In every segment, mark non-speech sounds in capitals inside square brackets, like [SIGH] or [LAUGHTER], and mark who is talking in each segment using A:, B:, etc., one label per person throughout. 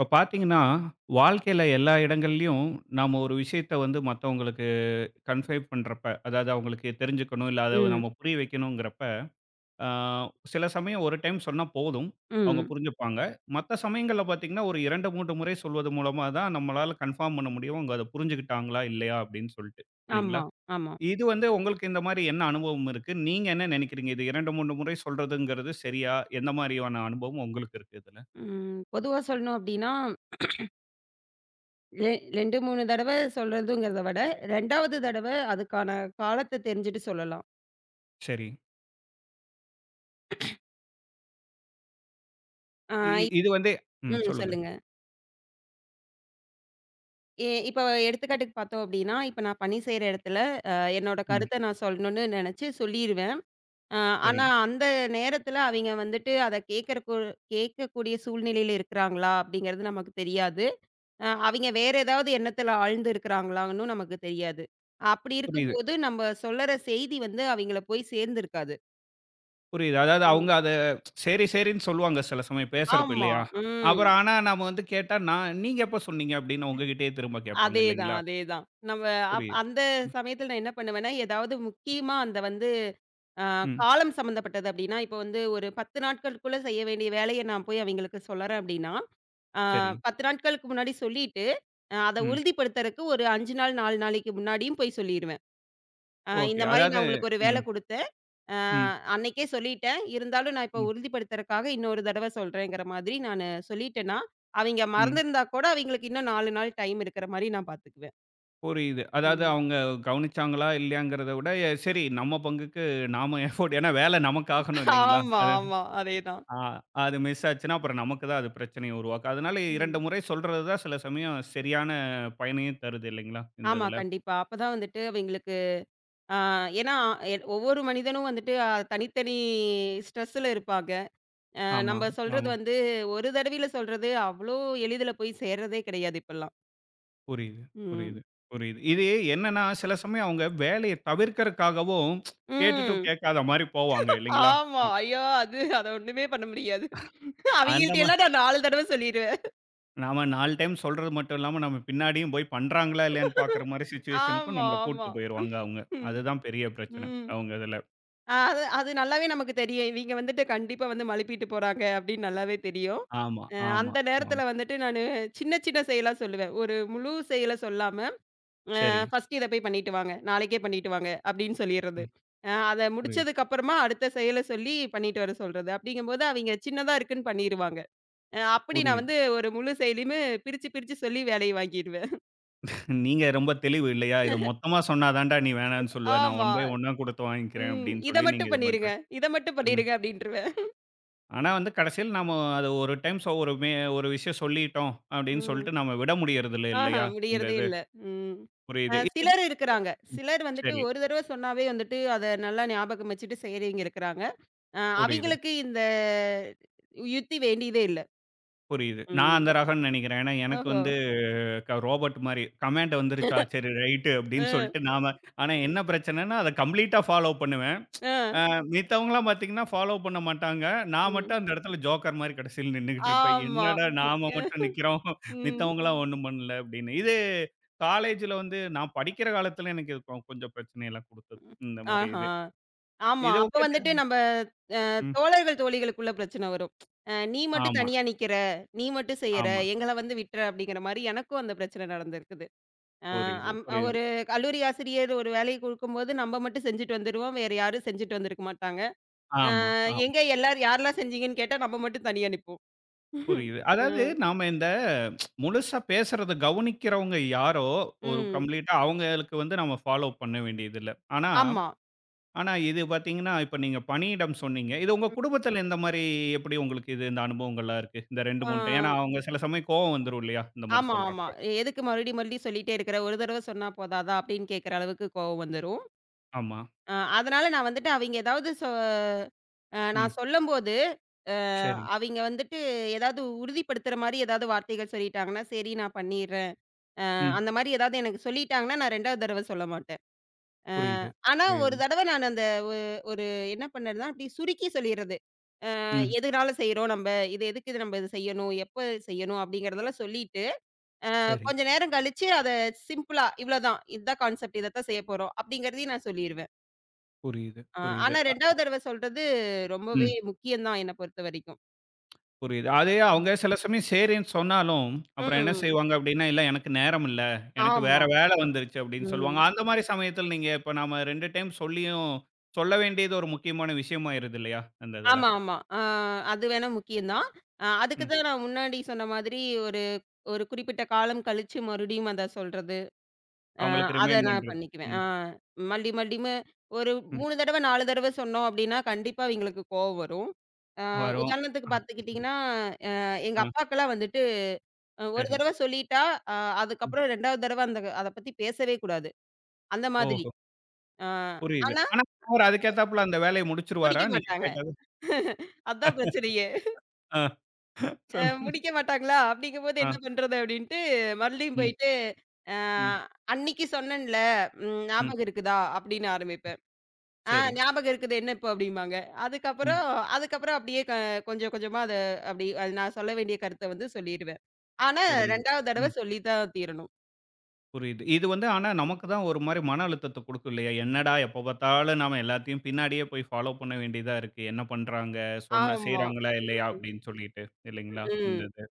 A: இப்போ பார்த்தீங்கன்னா, வாழ்க்கையில எல்லா இடங்கள்லயும் நாம ஒரு விஷயத்த வந்து மத்தவங்களுக்கு கன்ஃபை பண்றப்ப, அதாவது அவங்களுக்கு தெரிஞ்சுக்கணும், இல்ல அத
B: ம்.
A: நம்ம புரிய வைக்கணுங்கிறப்ப, ஆ சில சமயம் ஒரு டைம் சொன்னா போதும், அவங்க
B: ம்.
A: புரிஞ்சுப்பாங்க. மத்த சமயங்கள்ல பார்த்தீங்கன்னா, ஒரு 2, 3 முறை சொல்வது மூலமா தான் நம்மளால கன்ஃபார்ம் பண்ண முடியும். அவங்க அத புரிஞ்சுக்கிட்டாங்களா, இல்லையா அப்படின்னு சொல்லிட்டு, இல்லைங்களா?
B: ஆமா, ஆமா.
A: இது வந்து உங்களுக்கு இந்த மாரி என்ன அனுபவம் இருக்கு? நீங்க என்ன நினைக்கிறீங்க? இது 2, 3 முறை சொல்றதுங்கிறது சரியா? எந்த மாரியான அனுபவம் உங்களுக்கு இருக்கு இதுல?
B: ம். பொதுவா சொல்லணும் அப்டின்னா, ரெ 2, 3 தடவ சொல்றதுங்கிறத விட, 2வது தடவ அதுக்கான காலத்த தெரிஞ்சுட்டு சொல்லலாம்.
A: சரி.
B: ஆ.
A: இ இ-
B: இப்
A: இது வந்து. ம்.
B: ம்.
A: சொல்லுங்க.
B: சொல்லுங்க. இப்ப எடுத்துக்காட்டுக்கு பார்த்தோம் அப்டின்னா, இப்ப நான் பணி செய்ற இடத்துல அ என்னோட
A: ம்.
B: கருத்த நான் சொல்லணும்னு நெனச்சு சொல்லிருவேன். அ
A: சரி.
B: ஆனா அந்த நேரத்துல அவைங்க வந்துட்டு அத கேட்கக்கூடிய சூழ்நிலையில இருக்கிறாங்களா? அப்டிங்கிறது நமக்கு தெரியாது. அவிங்க வேற ஏதாவது எண்ணத்துல ஆழ்ந்து இருக்கிறாங்களான்னு நமக்கு தெரியாது. அப்படி
A: புரியுது,
B: இருக்கும்போது நம்ம சொல்லற செய்தி வந்து அவிங்கள போய் சேர்ந்திருக்காது.
A: புரியுது. அதாவது
B: ம்.
A: அவங்க அத சரி, சரின்னு சொல்லுவாங்க சில சமயம் பேசுறப்ப
B: ஆமா.
A: இல்லையா?
B: ம்.
A: அப்புறம் ஆனா நாம வந்து கேட்டா, நான் "நீங்க எப்ப சொன்னீங்க?" அப்படின்னு உங்ககிட்டயே திரும்ப கேட்பாங்க
B: அதேதான்,
A: இல்லைங்களா?
B: அதேதான். நம்ம
A: புரியுது.
B: அந்த
A: ம்,
B: சமயத்துல நான் என்ன பண்ணுவேன்னா, ஏதாவது முக்கியமா அந்த வந்து அ
A: ம்.
B: காலம் சம்மந்தப்பட்டது அப்படின்னா, இப்போ வந்து ஒரு 10 நாட்களுக்குள்ள செய்ய வேண்டிய வேலைய நான் போய் அவிங்களுக்கு சொல்லறேன் அப்படின்னா, அ
A: சரி.
B: 10 நாட்களுக்கு முன்னாடி சொல்லிட்டு, அத
A: ம்.
B: உறுதிப்படுத்துறக்கு ஒரு 5 நாள், 4 நாளைக்கு முன்னாடியும் போய் சொல்லிருவேன்.
A: ஓகே.
B: இந்த மாரி நான்
A: அதாவது
B: உங்களுக்கு ஒரு வேல
A: ம்,
B: குடுத்தேன். அ
A: ம்,
B: அன்னைக்கே சொல்லிட்டேன். இருந்தாலும் நான் இப்போ
A: ம்,
B: உறுதிப்படுத்துறக்காக இன்னொரு தடவ சொல்றேங்கிற மாதிரி நானு சொல்லிட்டேன்னா, அவைங்க
A: ம்.
B: மறந்திருந்தா கூட அவைங்களுக்கு இன்னும் 4 நாள் டைம் இருக்கிற மாரி நான் பார்த்துக்குவேன்.
A: புரியுது. அதாவது
B: ம்.
A: அவங்க கவனிச்சாங்களா? இல்லையாங்கிறத விட, சரி நம்ம பங்குக்கு நாம எஃபோர்ட் ஏன்னா வேலை நமக்கு ஆகணும் இல்லைங்களா?
B: ஆமா,
A: அது
B: ஆமா. அதேதான்.
A: ஆ அது மிஸ் ஆச்சுன்னா, அப்புறம் நமக்கு தான் அது பிரச்சனைய உருவாக்கும். அதனால 2
B: ம்.
A: முறை சொல்றது தான் சில சமயம் சரியான பயனையும் தருது இல்லைங்களா? இந்த
B: ஆமா,
A: இதுல.
B: கண்டிப்பா. அப்பதான் வந்துட்டு அவைங்களுக்கு அ ஏன்னா ஒவ்வொரு மனிதனும் வந்துட்டு தனித்தனி ஸ்ட்ரெஸ்ல இருப்பாங்க.
A: ஆமா,
B: நம்ம சொல்றது
A: ஆமா.
B: வந்து ஒரு தடவையில சொல்றது அவ்ளோ எளிதில போய் சேர்றதே கிடையாது இப்பல்லாம்.
A: புரியுது, புரியுது,
B: ம்.
A: புரியுது. இது என்னன்னா, சில சமயம் அவங்க வேலைய தவிர்க்கறக்காகவும் கேட்டுட்டும்
B: ம்.
A: கேட்காத மாரி போவாங்க இல்லைங்களா?
B: ஆமா. ஐயோ! அது அத ஒண்ணுமே பண்ண முடியாது.
A: அந்த
B: அவிங்கள்ட்ட
A: மா
B: எல்லாம் நான் 4 தடவ சொல்லிருவேன்.
A: நாம 4 டைம் சொல்றது மட்டும் இல்லாம, நம்ம பின்னாடியும் போய் பண்றாங்களா இல்லையான்னு பார்க்குற மாரி சிச்சுவேஷனுக்கும்
B: ஆமா,
A: நம்மள
B: ஆமா.
A: கூட்டு போயிருவாங்க அவங்க.
B: ம்,
A: அதுதான் பெரிய பிரச்சனை,
B: ம்.
A: அவங்க இதுல.
B: அது அது நல்லாவே நமக்கு தெரியும். இவிங்க வந்துட்டு கண்டிப்பா வந்து மழுப்பிட்டு போறாங்க அப்படின்னு நல்லாவே தெரியும்.
A: ஆமா, ஆமா,
B: அந்த
A: ஆமா.
B: நேரத்துல வந்துட்டு நானு சின்ன சின்ன செயலா சொல்லுவேன். ஒரு முழு செயல சொல்லாம, அ
A: சரி.
B: ஃபர்ஸ்ட் இத போய் பண்ணிட்டு வாங்க. நாளைக்கே பண்ணிட்டு வாங்க அப்படின்னு சொல்லிர்றது.
A: ம்.
B: அத
A: புரியுது,
B: முடிச்சதுக்கு அப்புறமா அடுத்த செயல சொல்லி பண்ணிட்டு வர சொல்றது. அப்படிங்கும்போது அவிங்க சின்னதா இருக்குன்னு பண்ணிருவாங்க. அப்படி நான்
A: புரியுது.
B: வந்து ஒரு முழு செயலியுமே பிரிச்சு, பிரிச்சு சொல்லி வேலைய வாங்கிருவேன்.
A: நீங்க ரொம்ப தெளிவு இல்லையா? "இத மொத்தமா சொன்னா தான்டா நீ வேணான்னு சொல்லுவ. நான்
B: ஆமா.
A: ஒன் பை ஒன்னா குடுத்து வாங்கிக்கிறேன்."
B: ம்.
A: அப்படின்னு
B: இத
A: சொல்லி நீங்க
B: மட்டும்
A: இது
B: பண்ணிருங்க,
A: பண்றீங்க.
B: இத மட்டும்
A: ம்.
B: பண்ணிருங்க அப்படின்ருவேன்.
A: ஆனா வந்து கடைசியில நாம அத ஒரு டைம் சொ ஒரு மே ஒரு விஷயம் சொல்லிட்டோம் அப்படின்னு
B: ம்.
A: சொல்லிட்டு நாம விட முடியறதில்ல
B: ஆஹா
A: இல்லையா? இந்த
B: முடியறதே
A: இது.
B: இல்ல. ம்.
A: புரியுது. இது
B: சிலர் இருக்கிறாங்க.
A: ம்.
B: சிலர் வந்துட்டு
A: சரி.
B: ஒரு தடவ சொன்னாவே வந்துட்டு அத நல்லா ஞாபகம் வச்சுட்டு செய்றவங்க இருக்கிறாங்க.
A: புரியுது,
B: அவிங்களுக்கு இந்த யுத்தி வேண்டியதே இல்ல.
A: புரியுது. நான்
B: ம்.
A: அந்த ரகம்னு நெனைக்கிறேன். ஏன்னா எனக்கு
B: ஓஹோ!
A: வந்து ரோபோட் மாரி கமாண்ட் வந்துருச்சா, சரி ரைட்டு அப்படின்னு
B: அ,
A: சொல்லிட்டு நாம. ஆனா என்ன பிரச்சனைன்னா, அத கம்ப்ளீட்டா ஃபாலோ பண்ண
B: அ,
A: அ மித்தவங்கலாம் பார்த்தீங்கன்னா, ஃபாலோ பண்ண மாட்டாங்க. நான்
B: ம்.
A: மட்டும் அந்த இடத்துல ஜோக்கர் மாரி கடைசியில நின்னுகிட்டு இருப்பேன்.
B: ஆமா.
A: என்னடா
B: அ,
A: நாம மட்டும் நிக்கிறோம்.
B: ம்.
A: மித்தவங்கலாம் ஒண்ணும் பண்ணல அப்படின்னு. இது காலேஜ்ல வந்து நான் படிக்கிற காலத்துல எனக்கு இது கொஞ்சம் பிரச்சனையெல்லாம் குடுத்தது. இந்த மாரி
B: ஆஹா.
A: இது.
B: ஆமா.
A: இது
B: அப்ப
A: ஓகே த
B: வந்துட்டு நம்ப
A: ம்.
B: தோழர்கள், தோழிகளுக்குள்ள பிரச்சனை வரும். நீ மட்டும்
A: ஆமா,
B: தனியா நிக்கிற, நீ மட்டும் செய்யற,
A: ஆமா.
B: எங்கள வந்து விட்ற அப்படிங்கிற மாரி எனக்கும் அந்த பிரச்சனை நடந்திருக்குது. அ
A: புரியுது,
B: அம்
A: புரியுது.
B: ஒரு கல்லூரி ஆசிரியர் ஒரு வேலைய குடுக்கும்போது நம்ம மட்டும் செஞ்சுட்டு வந்துருவோம். வேற யாரும் செஞ்சுட்டு வந்திருக்க மாட்டாங்க. அ
A: ஆமா, ஆமா.
B: எங்க எல்லாரும் யாரெல்லாம் செஞ்சீங்கன்னு கேட்டா நம்ம மட்டும் தனியா நிப்போம்.
A: புரியுது. அதாவது
B: ம்.
A: நாம இந்த முழுசா பேசுறத கவனிக்கிறவங்க யாரோ, ஒரு
B: ம்.
A: கம்ப்ளீட்டா அவங்களுக்கு வந்து நம்ம ஃபாலோ பண்ண வேண்டியதில்ல. ஆனா
B: ஆமா.
A: ஆனா, இது பார்த்தீங்கன்னா, இப்ப நீங்க பணியிடம் சொன்னீங்க. இது உங்க
B: ம்.
A: குடும்பத்தில எந்த மாரி எப்படி உங்களுக்கு இது இந்த அனுபவங்கள்லாம் இருக்கு? இந்த 2,
B: ஆ
A: 3 டைம் ஏன்னா, அவங்க சில சமயம் கோவம் வந்துரும் இல்லையா? இந்த மாரி
B: ஆமா, ஆமா.
A: சொல்றப்போ.
B: எதுக்கு மறுபடியும் மறுபடியும் சொல்லிட்டே இருக்கிற? ஒரு தடவ சொன்னா போதாதா? அப்படின்னு கேட்கிற அளவுக்கு கோவம் வந்துரும்.
A: ஆமா.
B: அதனால நான் வந்துட்டு அவைங்க ஏதாவது சொ அ
A: ம்.
B: நான் சொல்லும்போது, அ
A: சரி.
B: அவைங்க வந்துட்டு ஏதாவது உறுதிப்படுத்துற மாரி ஏதாவது வார்த்தைகள் சொல்லிட்டாங்கன்னா, சரி நான் பண்ணிர்றேன்.
A: ம்.
B: அந்த மாரி ஏதாவது எனக்கு சொல்லிட்டாங்கன்னா, நான் 2வது தடவ சொல்ல மாட்டேன். அ
A: புரியுது,
B: ஆனா ஒரு
A: புரியுது.
B: தடவ நான் அந்த ஒ ஒரு என்ன பண்ணேன்னா, அப்டி சுருக்கி சொல்லிர்றது. அ
A: ம்.
B: எதுனால செய்றோம் நம்ப? இது எதுக்கு இது நம்ம இது செய்யணும்? எப்ப செய்யணும்? அப்டிங்கிறதெல்லாம் சொல்லிட்டு, அ
A: சரி.
B: கொஞ்ச நேரம் கழிச்சு அத சிம்பிளா இவ்ளோதான். இதுதான் கான்செப்ட். இதத்தான் செய்யப்போறோம். அப்டிங்கிறதையும் நான் சொல்லிருவேன்.
A: புரியுது,
B: ஆ,
A: புரியுது.
B: ஆனா 2வது தடவ சொல்றது ரொம்பவே
A: ம்.
B: முக்கியம் தான் என்ன பொறுத்தவரைக்கும்.
A: புரியுது. அதே அவங்க சில சமயம் சரின்னு சொன்னாலும், அப்புறம் என்ன
B: ம்.
A: செய்வாங்க அப்படின்னா, "இல்ல எனக்கு நேரம் இல்ல. எனக்கு வேற
B: ஆமா.
A: வேல வந்துருச்சு" அப்படின்னு சொல்லுவாங்க.
B: ம்.
A: அந்த மாரி சமயத்தில நீங்க இப்ப நாம 2 டைம் சொல்லியும் சொல்ல வேண்டியது ஒரு முக்கியமான விஷயமாயிருது இல்லையா? அந்த இதுல.
B: ஆமா, ஆமா. ஆ அது வேணா முக்கியம் தான். அதுக்கு தான் நான் முன்னாடி சொன்ன மாதிரி ஒரு ஒரு குறிப்பிட்ட காலம் கழிச்சு மறுபடியும் அத சொல்றது. அ
A: அவங்களுக்கு
B: அத
A: ரிமைண்ட்
B: நான்
A: பண்றது.
B: பண்ணிக்குவேன். ஆ.
A: ம்,
B: மல்லி மல்லிமு ஒரு
A: ம்.
B: 3 தடவ 4 தடவ சொன்னோம் அப்டின்னா கண்டிப்பா அவங்களுக்கு கோவம் வரும். அ
A: வரும்.
B: உதாரணத்துக்கு
A: அ,
B: பார்த்துக்கிட்டிங்கன்னா, அ எங்க
A: ஆ
B: அப்பாக்கெல்லாம் வந்துட்டு ஒரு
A: சரி.
B: தடவ சொல்லிட்டா, அ
A: ம்.
B: அதுக்கப்புறம் 2வது தடவ அந்த அத பத்தி பேசவே கூடாது. அந்த மாதிரி.
A: ஓஹோ!
B: ஆ.
A: புரியுது.
B: ஆனா,
A: ஆனா அவரு அதுக்கேத்தாப்புல அந்த வேலைய முடிச்சுருவாரா?
B: முடிக்க
A: நீங்க
B: மாட்டாங்க.
A: கேட்டது.
B: அதான் பிரச்சனையே.
A: ஆ சொல்லுங்க.
B: முடிக்க மாட்டாங்களா? அப்படிங்கும்போது
A: ஆ.
B: என்ன பண்றது? அப்படின்ட்டு மறுபடியும்
A: ம்,
B: போயிட்டு, அ
A: ம்,
B: "அன்னைக்கு சொன்னேன்ல, ம்
A: ம்.
B: ஞாபகம் இருக்குதா?" அப்படின்னு ஆரம்பிப்பேன். "ஆ
A: சரி.
B: ஞாபகம் இருக்குது. என்ன இப்போ?" அப்படிம்பாங்க.
A: ம்.
B: அதுக்கப்புறம் அதுக்கப்புறம் அப்படியே கொஞ்சம் கொஞ்சமா அத அப்படி அது நான் சொல்ல வேண்டிய கருத்த வந்து சொல்லிருவேன். ஆனா, சரி.
A: புரியுது.
B: 2வது தடவ
A: ம்.
B: சொல்லி தான் தீரணும்.
A: புரியுது. இது வந்து ஆனா நமக்கு தான் ஒரு மாரி மன அழுத்தத்த குடுக்கும் இல்லையா? என்னடா எப்ப பார்த்தாலும் நாம எல்லாத்தையும் பின்னாடியே போய் ஃபாலோ பண்ண வேண்டியதா இருக்கு. என்ன பண்றாங்க? சொன்னா
B: ஆமா.
A: செய்றாங்களா? இல்லையா?
B: ம்.
A: அப்படின்னு சொல்லிட்டு. இல்லைங்களா?
B: ம்.
A: இந்த இது.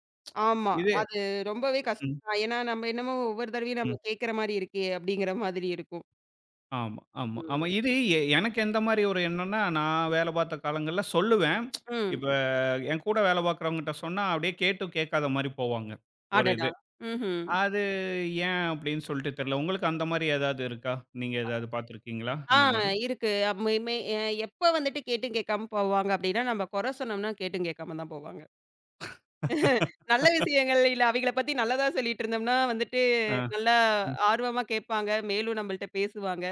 B: ஆமா.
A: இது
B: அது ரொம்பவே கஷ்டம்
A: ம்,
B: தான். ஏன்னா, நம்ம என்னமோ ஒவ்வொரு தடவையும்
A: ம்.
B: நம்ம கேட்கிற மாரி இருக்கே! அப்படிங்கிற மாதிரி இருக்கும்.
A: ஆமா, ஆமா,
B: ம்.
A: ஆமா. இது எனக்கு எந்த மாரி ஒரு எண்ணம்னா, நான் வேலை பார்த்த காலங்கள்ல சொல்லுவேன்.
B: ம்.
A: இப்ப ம். என் கூட வேலை பார்க்குறவங்ககிட்ட சொன்னா, அப்படியே கேட்டும் கேட்காத மாரி போவாங்க. ஒரு
B: அடடா!
A: இது.
B: ம்ஹ்ம்.
A: அது ஏன் அப்படின்னு சொல்லிட்டு தெரியல. உங்களுக்கு அந்த மாரி ஏதாவது இருக்கா? நீங்க ஏதாவது பார்த்துருக்கீங்களா?
B: ஆ
A: அந்த மாரி?
B: இருக்கு. அப் மே மே அ எப்ப வந்துட்டு கேட்டும் கேட்காம போவாங்க அப்படின்னா, நம்ம குறை சொன்னோம்னா கேட்டும் கேட்காம தான் போவாங்க.
A: [LAUGHS]
B: நல்ல விஷயங்கள் இல்ல அவைங்கள பத்தி நல்லதா சொல்லிட்டு இருந்தோம்னா வந்துட்டு
A: ஆ.
B: நல்லா
A: ம்,
B: ஆர்வமா கேட்பாங்க. மேலும் நம்மள்ட்ட பேசுவாங்க.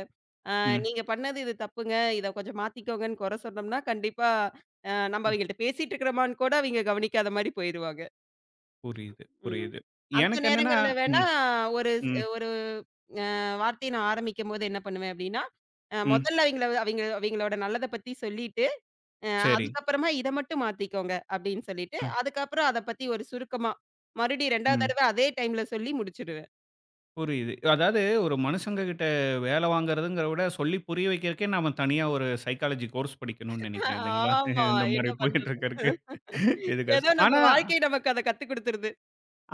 A: ம்,
B: நீங்க பண்ணது இது தப்புங்க. இத கொஞ்சம் மாத்திக்கோங்கன்னு குறை சொன்னோம்னா, கண்டிப்பா நம்ம
A: ம்.
B: அவைங்கள்ட்ட பேசிட்டு இருக்கிறோமான்னு கூட அவைங்க கவனிக்காத மாரி போயிருவாங்க.
A: புரியுது,
B: ம்.
A: புரியுது.
B: அந்த
A: எனக்கு என்னன்னா
B: நேரங்கள்ல வேணா
A: ம்,
B: ஒரு ஸ்
A: ம்,
B: ஒரு அ வார்த்தைய நான் ஆரம்பிக்கும்போது என்ன பண்ணுவேன் அப்டின்னா,
A: ம்.
B: முதல்ல அவிங்களோட நல்லத பத்தி சொல்லிட்டு, அ
A: சரி.
B: அதுக்கப்புறமா இத மட்டும் மாத்திக்கோங்க அப்டின்னு சொல்லிட்டு,
A: ம்,
B: அதுக்கப்புறம் அத பத்தி ஒரு சுருக்கமா, மறுபடியும் 2வது
A: ம்.
B: தடவ அதே டைம்ல சொல்லி முடிச்சுருவேன்.
A: புரியுது. அதாவது ஒரு மனுஷங்க கிட்ட வேல வாங்குறதுங்கிறத விட, சொல்லி புரிய வைக்கிறதுக்கே நாம தனியா ஒரு சைக்காலஜி கோர்ஸ் படிக்கணும்னு நெனைக்கிறேன் இல்லைங்களா?
B: ஆமா.
A: [LAUGHS] இந்த
B: என்ன
A: மாரி போயிட்டு
B: பண்றது?
A: இருக்கறக்கு. இது
B: ஏதோ
A: கஷ்டம்.
B: நம்ம
A: ஆனா
B: வாழ்க்கை நமக்கு அத கத்து குடுத்துருது.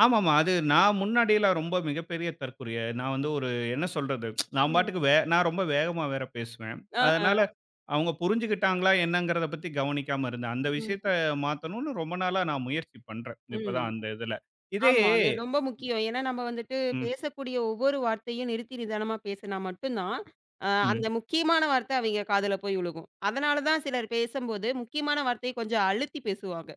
A: ஆமாமா. அது நான் முன்னாடிலாம் ரொம்ப மிகப்பெரிய தற்குறிய. நான் வந்து ஒரு என்ன சொல்றது? நான்
B: ம்.
A: பாட்டுக்கு நான் ரொம்ப வேகமா வேற பேசுவேன். அதனால
B: ஆஹ.
A: அவங்க புரிஞ்சுக்கிட்டாங்களா என்னங்கிறத பத்தி கவனிக்காம இருந்தேன். அந்த விஷயத்த
B: ம்.
A: மாத்தணும்னு ரொம்ப நாளா நான் முயற்சி பண்றேன். இப்பதான்
B: ம்.
A: அந்த இதுல. இதே
B: ஆமா. அது ரொம்ப முக்கியம். ஏன்னா, நம்ம வந்துட்டு
A: ம்,
B: பேசக்கூடிய ஒவ்வொரு வார்த்தையும் நிறுத்தி நிதானமா பேசினா மட்டும்தான்,
A: ம்.
B: அந்த முக்கியமான வார்த்தை அவைங்க காதுல போய் விழுகும். அதனால தான் சிலர் பேசும்போது முக்கியமான வார்த்தைய கொஞ்சம் அழுத்தி பேசுவாங்க.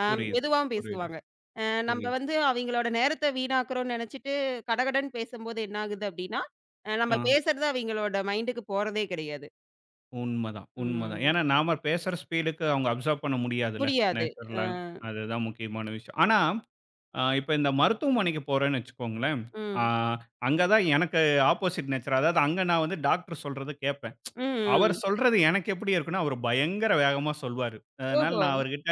B: அ
A: புரியுது,
B: மெதுவாவும்
A: புரியுது,
B: பேசுவாங்க. அ நம்ம
A: புரியுது.
B: வந்து அவைங்களோட நேரத்த வீணாக்குறோம்னு நெனச்சுட்டு கடகடன்னு பேசும்போது என்ன ஆகுது அப்டின்னா, நம்ம
A: ஆ.
B: பேசுறது அவைங்களோட மைண்டுக்கு போறதே கிடையாது.
A: உண்மதான், உண்மதான்.
B: ம்.
A: ஏன்னா நாம பேசுற ஸ்பீடுக்கு அவங்க அப்சர்வ் பண்ண முடியாதுல்ல,
B: முடியாது. அ.
A: நேச்சரலா. அதுதான் முக்கியமான விஷயம். ஆனா, இப்ப இந்த மருத்துவமனைக்கு போறேன்னு வச்சுக்கோங்களேன், அ
B: ம்.
A: அங்க தான் எனக்கு ஆப்போசிட் நேச்சர். அதாவது அங்க நான் வந்து டாக்டர் சொல்றத கேட்பேன்.
B: ம்.
A: அவர்
B: ம்.
A: சொல்றது எனக்கு எப்படி இருக்கும்னா, அவரு பயங்கர வேகமா சொல்வாரு. அதனால
B: ஓஹோ!
A: நான் அவர்கிட்ட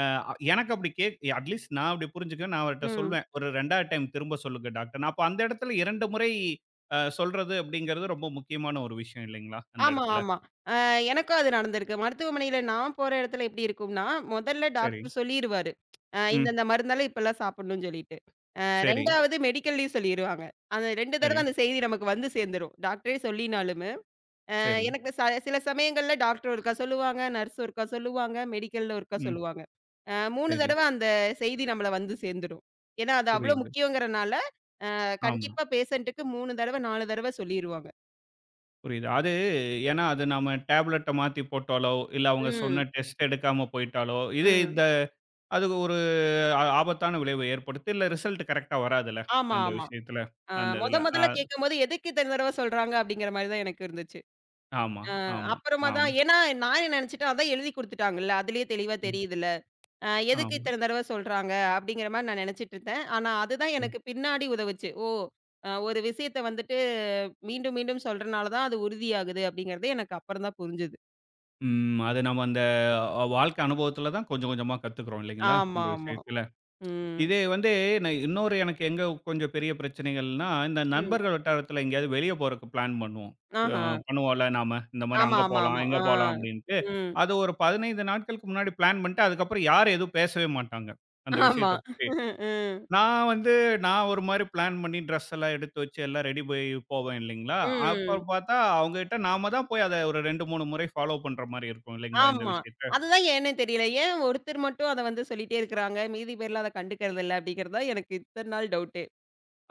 A: அ எனக்கு அப்படி கேக் அட்லீஸ்ட் நான் அப்படி புரிஞ்சுக்குவேன். நான் அவர்ட்ட
B: ம்.
A: சொல்வேன். "ஒரு 2வது டைம் திரும்ப சொல்லுங்க டாக்டர்ன்னு." அப்ப அந்த இடத்துல 2 முறை சொல்றது அப்படிங்கிறது ரொம்ப முக்கியமான ஒரு விஷயம் இல்லைங்களா? அந்த
B: ஆமா,
A: இடத்துல.
B: ஆமா. அ எனக்கும் அது நடந்திருக்கு. மருத்துவமனையில நான் போற இடத்துல எப்படி இருக்கும்னா, முதல்ல
A: சரி.
B: டாக்டர் சொல்லிருவாரு.
A: ம்.
B: இந்தந்த மருந்தெல்லாம் இப்பல்லாம் சாப்பிடணும்னு சொல்லிட்டு. அ
A: சரி,
B: 2வது மெடிக்கல்லயும் சொல்லிருவாங்க. அந்த 2
A: சரி,
B: தடவ அந்த செய்தி நமக்கு வந்து சேர்ந்துரும். டாக்டரே சொல்லினாலுமே.
A: சரி.
B: எனக்கு சில சமயங்கள்ல டாக்டர் ஒருக்கா சொல்லுவாங்க, நர்ஸ் ஒருக்கா சொல்லுவாங்க, மெடிக்கல்ல ஒருக்கா
A: ம்.
B: சொல்லுவாங்க. 3
A: சரி.
B: தடவ அந்த செய்தி நம்மள வந்து சேர்ந்துரும். ஏன்னா, அது அவ்ளோ
A: புரியுது.
B: முக்கியங்கிறனால,
A: ஆமா,
B: கண்டிப்பா பேஷண்ட்டுக்கு 3 தடவ, 4 தடவ சொல்லிருவாங்க.
A: புரியுது. அது ஏன்னா அது நாம டேப்லெட்ட மாத்தி போட்டாலோ, இல்ல அவங்க சொன்ன
B: ம்,
A: டெஸ்ட் எடுக்காம போய்ட்டாலோ, இது
B: ம்.
A: இந்த அது ஒரு ஆ ஆபத்தான விளைவு ஏற்படுத்து. இல்ல ரிசல்ட் கரெக்ட்டா வராதுல்ல.
B: ஆமா,
A: அந்த
B: ஆமா.
A: விஷயத்துல.
B: ஆ.
A: அந்த இதுல. அ
B: மொதல்ல கேட்கும்போது, எதுக்கு இத்தன தடவ சொல்றாங்க? அப்படிங்கிற மாரி தான் எனக்கு இருந்துச்சு.
A: ஆமா,
B: ஆ.
A: ஆமா,
B: அப்புறமா தான்
A: ஆமா.
B: ஏன்னா நான் என்ன நெனச்சுட்டேன், அதான் எழுதி குடுத்துட்டாங்கல்ல. அதிலேயே தெளிவா
A: ம்.
B: தெரியுதுல்ல. எதுக்கு
A: ஆமா.
B: இத்தன தடவ சொல்றாங்க? அப்படிங்கிற மாரி நான் நெனச்சுட்டுருந்தேன். ஆனா அதுதான்
A: ம்.
B: எனக்கு பின்னாடி உதவுச்சு. ஓ! ஒரு விஷயத்த வந்துட்டு மீண்டும், மீண்டும் சொல்றனால தான் அது உறுதியாகுது அப்படிங்கிறது எனக்கு அப்புறம் தான் புரிஞ்சது.
A: ம். அது நம்ம அந்த வாழ்க்கை அனுபவத்துல தான் கொஞ்சம் கொஞ்சமா கத்துக்கிறோம் இல்லைங்களா?
B: ஆமா,
A: இந்த
B: ஆமா.
A: விஷயத்துல.
B: ம்.
A: இது வந்து நான் இன்னொரு எனக்கு எங்க கொஞ்சம் பெரிய பிரச்சனைகள்னா, இந்த
B: ம்.
A: நண்பர்கள் வட்டாரத்தில எங்கேயாவது வெளிய போறக்கு பிளான் பண்ணுவோம். அ
B: ஆஹா.
A: பண்ணுவோம்ல நாம. இந்த மாரி
B: ஆமா,
A: அங்க
B: ஆமா,
A: போலாம்,
B: ஆமா.
A: இங்க
B: ஆ.
A: போலாம் அப்டின்ட்டு.
B: ம்.
A: அது ஒரு 15 நாட்களுக்கு முன்னாடி பிளான் பண்ணிட்டு, அதுக்கப்புறம் யாரும் எதுவும் பேசவே மாட்டாங்க. அந்த
B: ஆமா.
A: விஷயத்த பத்தி.
B: [LAUGHS] ம்.
A: நான் வந்து நான் ஒரு மாரி பிளான் பண்ணி ட்ரெஸ் எல்லாம் எடுத்து வச்சு எல்லாம் ரெடி போய் போவேன் இல்லைங்களா? அப்ப
B: ம்.
A: பார்த்தா அவங்ககிட்ட நாம தான் போய் அத ஒரு 2, 3 முறை ஃபாலோ பண்ற மாரி இருக்கும் இல்லைங்களா இந்த
B: ஆமா.
A: விஷயத்த?
B: அதுதான் ஏன்னே தெரியல. ஏன் ஒருத்தர் மட்டும் அத வந்து சொல்லிட்டே இருக்கிறாங்க. மீதி பேர்லாம் அத கண்டுக்கிறது இல்ல அப்படிங்கிறது தான் எனக்கு இத்தன நாள் டவுட்டே.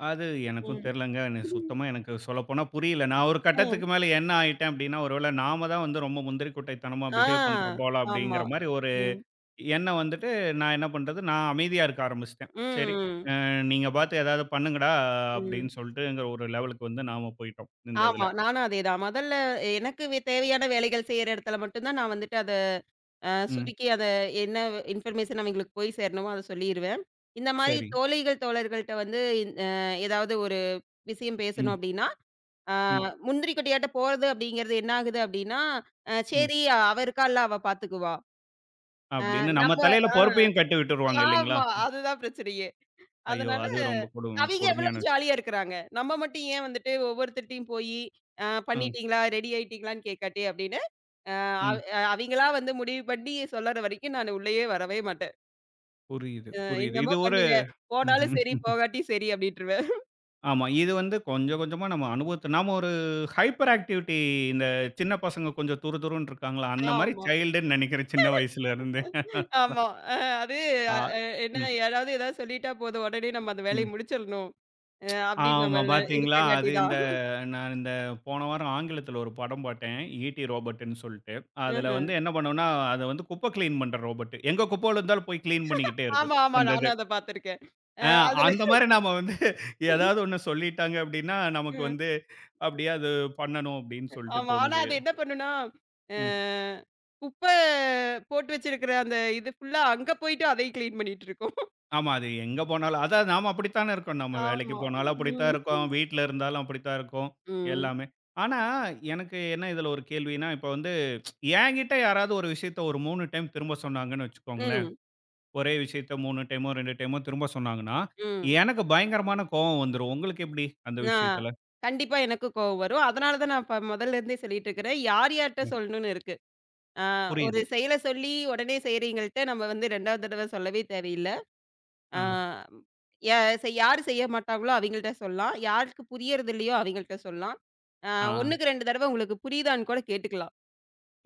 A: அது எனக்கும்
B: ம்.
A: தெரியலங்க. எனக்கு
B: ம்.
A: சுத்தமா எனக்கு சொல்லப்போனா புரியல. நான் ஒரு கட்டத்துக்கு மேல என்ன ஆயிட்டேன் அப்டின்னா, ஒருவேள நாம தான் வந்து ரொம்ப முந்திரி கொட்டைத்தனமா
B: ஆ.
A: பிஹேவ் பண்றோம் போல
B: ஆமா.
A: அப்டிங்கிற மாரி ஒரு
B: ம்.
A: எண்ணம் வந்துட்டு, நான் என்ன பண்றது, நான் அமைதியா இருக்க ஆரம்பிச்சுட்டேன். சரி
B: ம்.
A: அ நீங்க பார்த்து ஏதாவது பண்ணுங்கடா
B: ம்.
A: அப்டின்னு சொல்லிட்டுங்கிற ஒரு லெவலுக்கு வந்து நாம போயிட்டோம் இந்த
B: ஆமா.
A: இதுல.
B: நானும் அதேதான். முதல்ல எனக்கு தேவையான வேலைகள் செய்யற இடத்துல மட்டும் தான் நான் வந்துட்டு அத
A: ம்.
B: சுருக்கி அத என்ன இன்ஃபர்மேஷன் அவங்களுக்கு போய் சேரணுமோ அத சொல்லிருவேன். இந்த மாரி
A: சரி.
B: தோழிகள், தோழர்கள்ட்ட வந்து இந் அ ஏதாவது ஒரு விஷயம் பேசணும்
A: ம்,
B: அப்படின்னா ஆ
A: ம்,
B: முந்திரி கொட்டையாட்ட போறது அப்படிங்கிறது என்ன ஆகுது அப்படின்னா,
A: ம்.
B: சரி அவ இருக்கால்ல அவ பாத்துக்குவா. ஆமா.
A: அப்டின்னு நம்ம
B: நம்ம
A: தலையில பொறுப்பையும் கட்டி விட்டுருவாங்க இல்லைங்களா?
B: ஆமா. அதுதான் பிரச்சனையே.
A: ஐயோ!
B: அதனால
A: அது ரொம்ப
B: அவிங்க
A: கொடுமையான
B: எவ்வளவு
A: விஷயம்.
B: ஜாலியா இருக்கிறாங்க. நம்ம மட்டும் ஏன் வந்துட்டு ஒவ்வொருத்தர்ட்டயும் போயி, "
A: ம்,
B: பண்ணிட்டீங்களா? ரெடி ஆயிட்டீங்களான்னு?" கேட்காட்டி அப்படின்னு, அ அவ்
A: ம்.
B: அவிங்களா வந்து முடிவு பண்ணி சொல்லற வரைக்கும் நானு உள்ளயே வரவே மாட்டேன்.
A: புரியுது,
B: அ
A: புரியுது.
B: "என்னமோ
A: இது ஒரு
B: பண்ணுங்க. போனாலும்
A: ம்ஹ்ம்.
B: சரி, போகாட்டியும் சரி" அப்படின்ருவேன்.
A: ஆமா. இது வந்து கொஞ்சம் கொஞ்சமா நம்ம அனுபவத்த நாம ஒரு ஹைப்பர் ஆக்டிவிட்டி இந்த சின்ன பசங்க கொஞ்சம் துரு துருன்னு இருக்காங்களா, அந்த மாரி
B: ஆமா.
A: சைல்டுன்னு நெனைக்கிறேன் சின்ன வயசுல இருந்தே.
B: ஆமா. அ அது அ
A: ஆ.
B: என்ன
A: ம்,
B: யாராவது ஏதாவது சொல்லிட்டா போதும். உடனே நம்ம அந்த
A: ம்.
B: வேலைய முடிச்சிடணும். அப்படின்னு
A: ஆமா
B: நம்ம
A: பார்த்தீங்களா? அது
B: இருக்கங்காட்டி தான்.
A: இந்த நான் இந்த போன வாரம் ஆங்கிலத்துல ஒரு படம் பார்த்தேன். ஈடி ரோபோட்டுன்னு சொல்ட்டு. அதுல
B: ம்ஹ்ம்.
A: வந்து என்ன பண்ணும்னா, அது வந்து குப்ப கிளீன் பண்ற ரோபோட். எங்க குப்ப விழுந்தாலும் போய் கிளீன் பண்ணிக்கிட்டே இருக்கும்.
B: ஆமா, ஆமா.
A: அந்த இது.
B: நானும் அத பார்த்துருக்கேன். அ
A: ஆ
B: அதுல
A: அந்த மாரி நாம வந்து ஏதாவது
B: [LAUGHS]
A: ஒண்ணு சொல்லிட்டாங்க அப்டின்னா, நமக்கு
B: ம்.
A: வந்து அப்டியே அது பண்ணணும் அப்டின்னு சொல்ட்டு
B: ஆமா. ஆனா
A: தோணுது.
B: அது என்ன பண்ணும்னா, அ
A: ம்.
B: குப்ப போட்டு வச்சிருக்கிற அந்த இது ஃபுல்லா அங்க போயிட்டு அதையும் கிளீன் பண்ணிட்டு இருக்கும்.
A: ஆமா. அது எங்க போனாலும் அதான் நாம அப்படித்தானே இருக்கோம். நம்ம வேலைக்கு
B: ஆமா.
A: போனாலும் அப்படித்தான்
B: ம்.
A: இருக்கோம். வீட்ல இருந்தாலும் அப்படித்தான் இருக்கோம்.
B: ம்.
A: எல்லாமே. ஆனா, எனக்கு என்ன இதுல ஒரு கேள்வின்னா, இப்ப வந்து என்கிட்ட யாராவது ஒரு விஷயத்த ஒரு 3 டைம் திரும்ப சொன்னாங்கன்னு வச்சுக்கோங்களேன்.
B: ம்.
A: ஒரே விஷயத்த 3 டைமோ, 2 டைமோ திரும்ப சொன்னாங்கன்னா,
B: ம்.
A: எனக்கு பயங்கரமான கோவம் வந்துரும். உங்களுக்கு எப்படி அந்த
B: ஆ.
A: விஷயத்துல?
B: கண்டிப்பா எனக்கும் கோவம் வரும். அதனால தான் நான் இப்ப முதல்ல இருந்தே சொல்லிட்டு இருக்கிறேன். யார் யார்ட்ட
A: ம்.
B: சொல்லணும்னு இருக்கு. ஆ. ஒரு
A: புரியுது.
B: செயல சொல்லி உடனே செய்றவங்கள்ட்ட நம்ம வந்து 2வது தடவ சொல்லவே தேவையில்ல.
A: ஆ.
B: ஆ. ய செ யார் செய்ய மாட்டாங்களோ அவங்கள்ட்ட சொல்லலாம். யாருக்கு புரியறது இல்லையோ அவங்கள்ட்ட சொல்லலாம். ஆ.
A: ஆ.
B: 1க்கு 2 தடவ உங்களுக்கு புரியுதான்னு கூட கேட்டுக்கலாம்.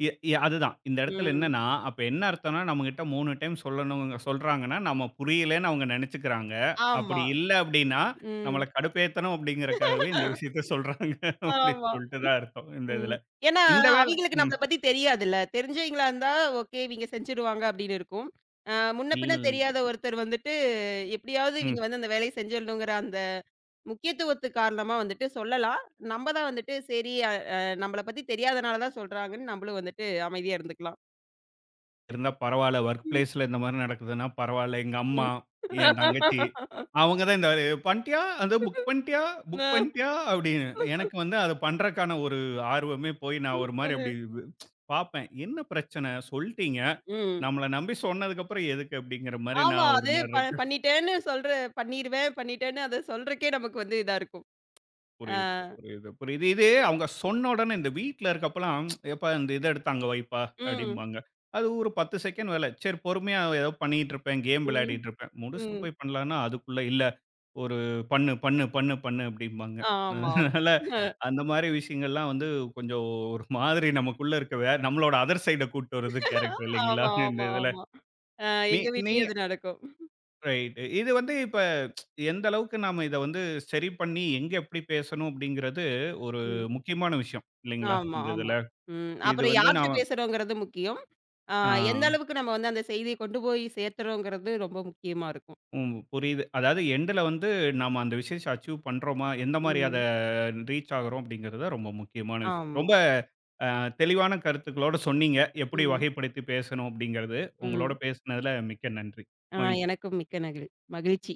A: எ எ அதுதான். இந்த இடத்துல
B: ம்.
A: என்னன்னா, அப்ப என்ன அர்த்தம்னா, நம்மகிட்ட 3 டைம் சொல்லணும் சொல்றாங்கன்னா, நம்ம புரியலன்னு அவங்க நெனச்சுக்கிறாங்க. அப்படி
B: ஆமா.
A: இல்ல அப்படின்னா, நம்மள
B: ம்.
A: கடுப்பேத்தணும் அப்படிங்கிறக்காகவே இந்த விஷயத்த சொல்றாங்க [LAUGHS] அப்படின்னு
B: ஆமா.
A: சொல்லிட்டு தான் அர்த்தம் இந்த
B: ம்.
A: இதுல.
B: ஏன்னா
A: இந்த வேல
B: அவிங்களுக்கு
A: ம்.
B: நம்மள பத்தி தெரியாதுல்ல. தெரிஞ்சவங்களா இருந்தா ஓகே இவிங்க செஞ்சுருவாங்க அப்படின்னு இருக்கும். ஆ. முன்ன
A: இல்
B: பின்ன தெரியாத ஒருத்தர் வந்துட்டு எப்படியாவது
A: ம்.
B: இவிங்க வந்து அந்த வேலைய செஞ்சிடணுங்கிற அந்த முக்கியத்துவத்து காரணமா வந்துட்டு சொல்லலாம். நம்ப தான் வந்துட்டு சரி அ அ நம்மள பத்தி தெரியாதனால தான் சொல்றாங்கன்னு நம்மளும் வந்துட்டு அமைதியா இருந்துக்கலாம்.
A: இருந்தா பரவால்ல. வொர்க்
B: ம்.
A: பிளேஸ்ல இந்த மாரி நடக்குதுன்னா பரவால்ல. எங்க அம்மா,
B: ம்.
A: என் தங்கச்சி அவங்க தான் இந்த "பண்ட்டியா? அத புக் பண்ட்டியா? புக்
B: அ,
A: பண்ட்டியா?" அப்படின்னு. எனக்கு வந்து அத பண்றக்கான ஒரு ஆர்வமே போய் நான் ஒரு மாரி
B: அ.
A: அப்படி பார்ப்பேன். என்ன பிரச்சனை? சொல்ட்டீங்க.
B: ம்.
A: நம்மள நம்பி சொன்னதுக்கப்புறம் எதுக்கு அப்படிங்கிற மாரி
B: ஆமா.
A: நான் ஒரு
B: அது
A: மாரி இருக்கு.
B: பண்ணிட்டேன்னு சொல்ற பண்ணிருவேன், பண்ணிட்டேன்னு அத சொல்றக்கே நமக்கு வந்து இதா இருக்கும். ஆ.
A: புரியுது, புரியுது, புரியுது. இது அவங்க சொன்ன உடனே இந்த வீட்ல இருக்கப்பலாம், "ஏப்பா இந்த இத எடுத்து அங்க வைப்பா"
B: ம்.
A: அப்படிம்பாங்க. அது ஒரு 10 செகண்ட் வேல. சரி பொறுமையா ஏதோ பண்ணிட்டு இருப்பேன், கேம்
B: ம்.
A: விளையாடிட்டு இருப்பேன். முடிச்சுட்டு
B: ம்.
A: போய் பண்ணலான்னா, அதுக்குள்ள "இல்ல ஒரு பண்ணு, பண்ணு, பண்ணு, பண்ணு" அப்படிம்பாங்க.
B: ஆமாமா.
A: அதனால
B: ஆமா,
A: அந்த மாரி விஷயங்கள்லாம் வந்து கொஞ்சம் ஒரு மாதிரி நமக்குள்ள இருக்க நம்மளோட அதர் சைட கூட்டு வருது கேரக்டர்
B: [LAUGHS]
A: இல்லைங்களா?
B: ஆமா,
A: இந்த இதுல.
B: ஆமா. அ
A: நீ
B: எங்க
A: நீ
B: வீட்லயும் அது நடக்கும்.
A: ரைட். இது வந்து இப்ப எந்த அளவுக்கு நாம இத வந்து சரி பண்ணி, எங்க எப்படி பேசணும் அப்படிங்கிறது ஒரு
B: ம்.
A: முக்கியமான விஷயம். இல்லைங்களா?
B: ஆமா,
A: இந்த
B: ஆமா.
A: இதுல.
B: ம்.
A: இது
B: அப்புறம்
A: வந்து
B: யார்ட்ட
A: நாம
B: பேசுறோங்கிறது முக்கியம். ஆ.
A: ஆ
B: எந்த அளவுக்கு நம்ம வந்து அந்த செய்திய கொண்டு போய் சேர்த்துறோங்கிறது ரொம்ப முக்கியமா இருக்கும்.
A: ம் புரியுது. அதாவது எண்டுல வந்து நாம அந்த விஷயத்த அச்சீவ் பண்றோமா? எந்த மாரி அத
B: ம்.
A: ரீச் ஆகுறோம் அப்படிங்கிறது தான் ரொம்ப முக்கியமான விஷயம்.
B: ஆமா.
A: ரொம்ப அ தெளிவான கருத்துக்களோட சொன்னீங்க. எப்படி
B: ம்.
A: வகைப்படுத்தி பேசணும் அப்படிங்கிறது. உங்களோட
B: ம்.
A: பேசினதுல மிக்க நன்றி.
B: ஆ.
A: மகிழ்ச்சி.
B: எனக்கும் மிக்க மகிழ்ச்சி.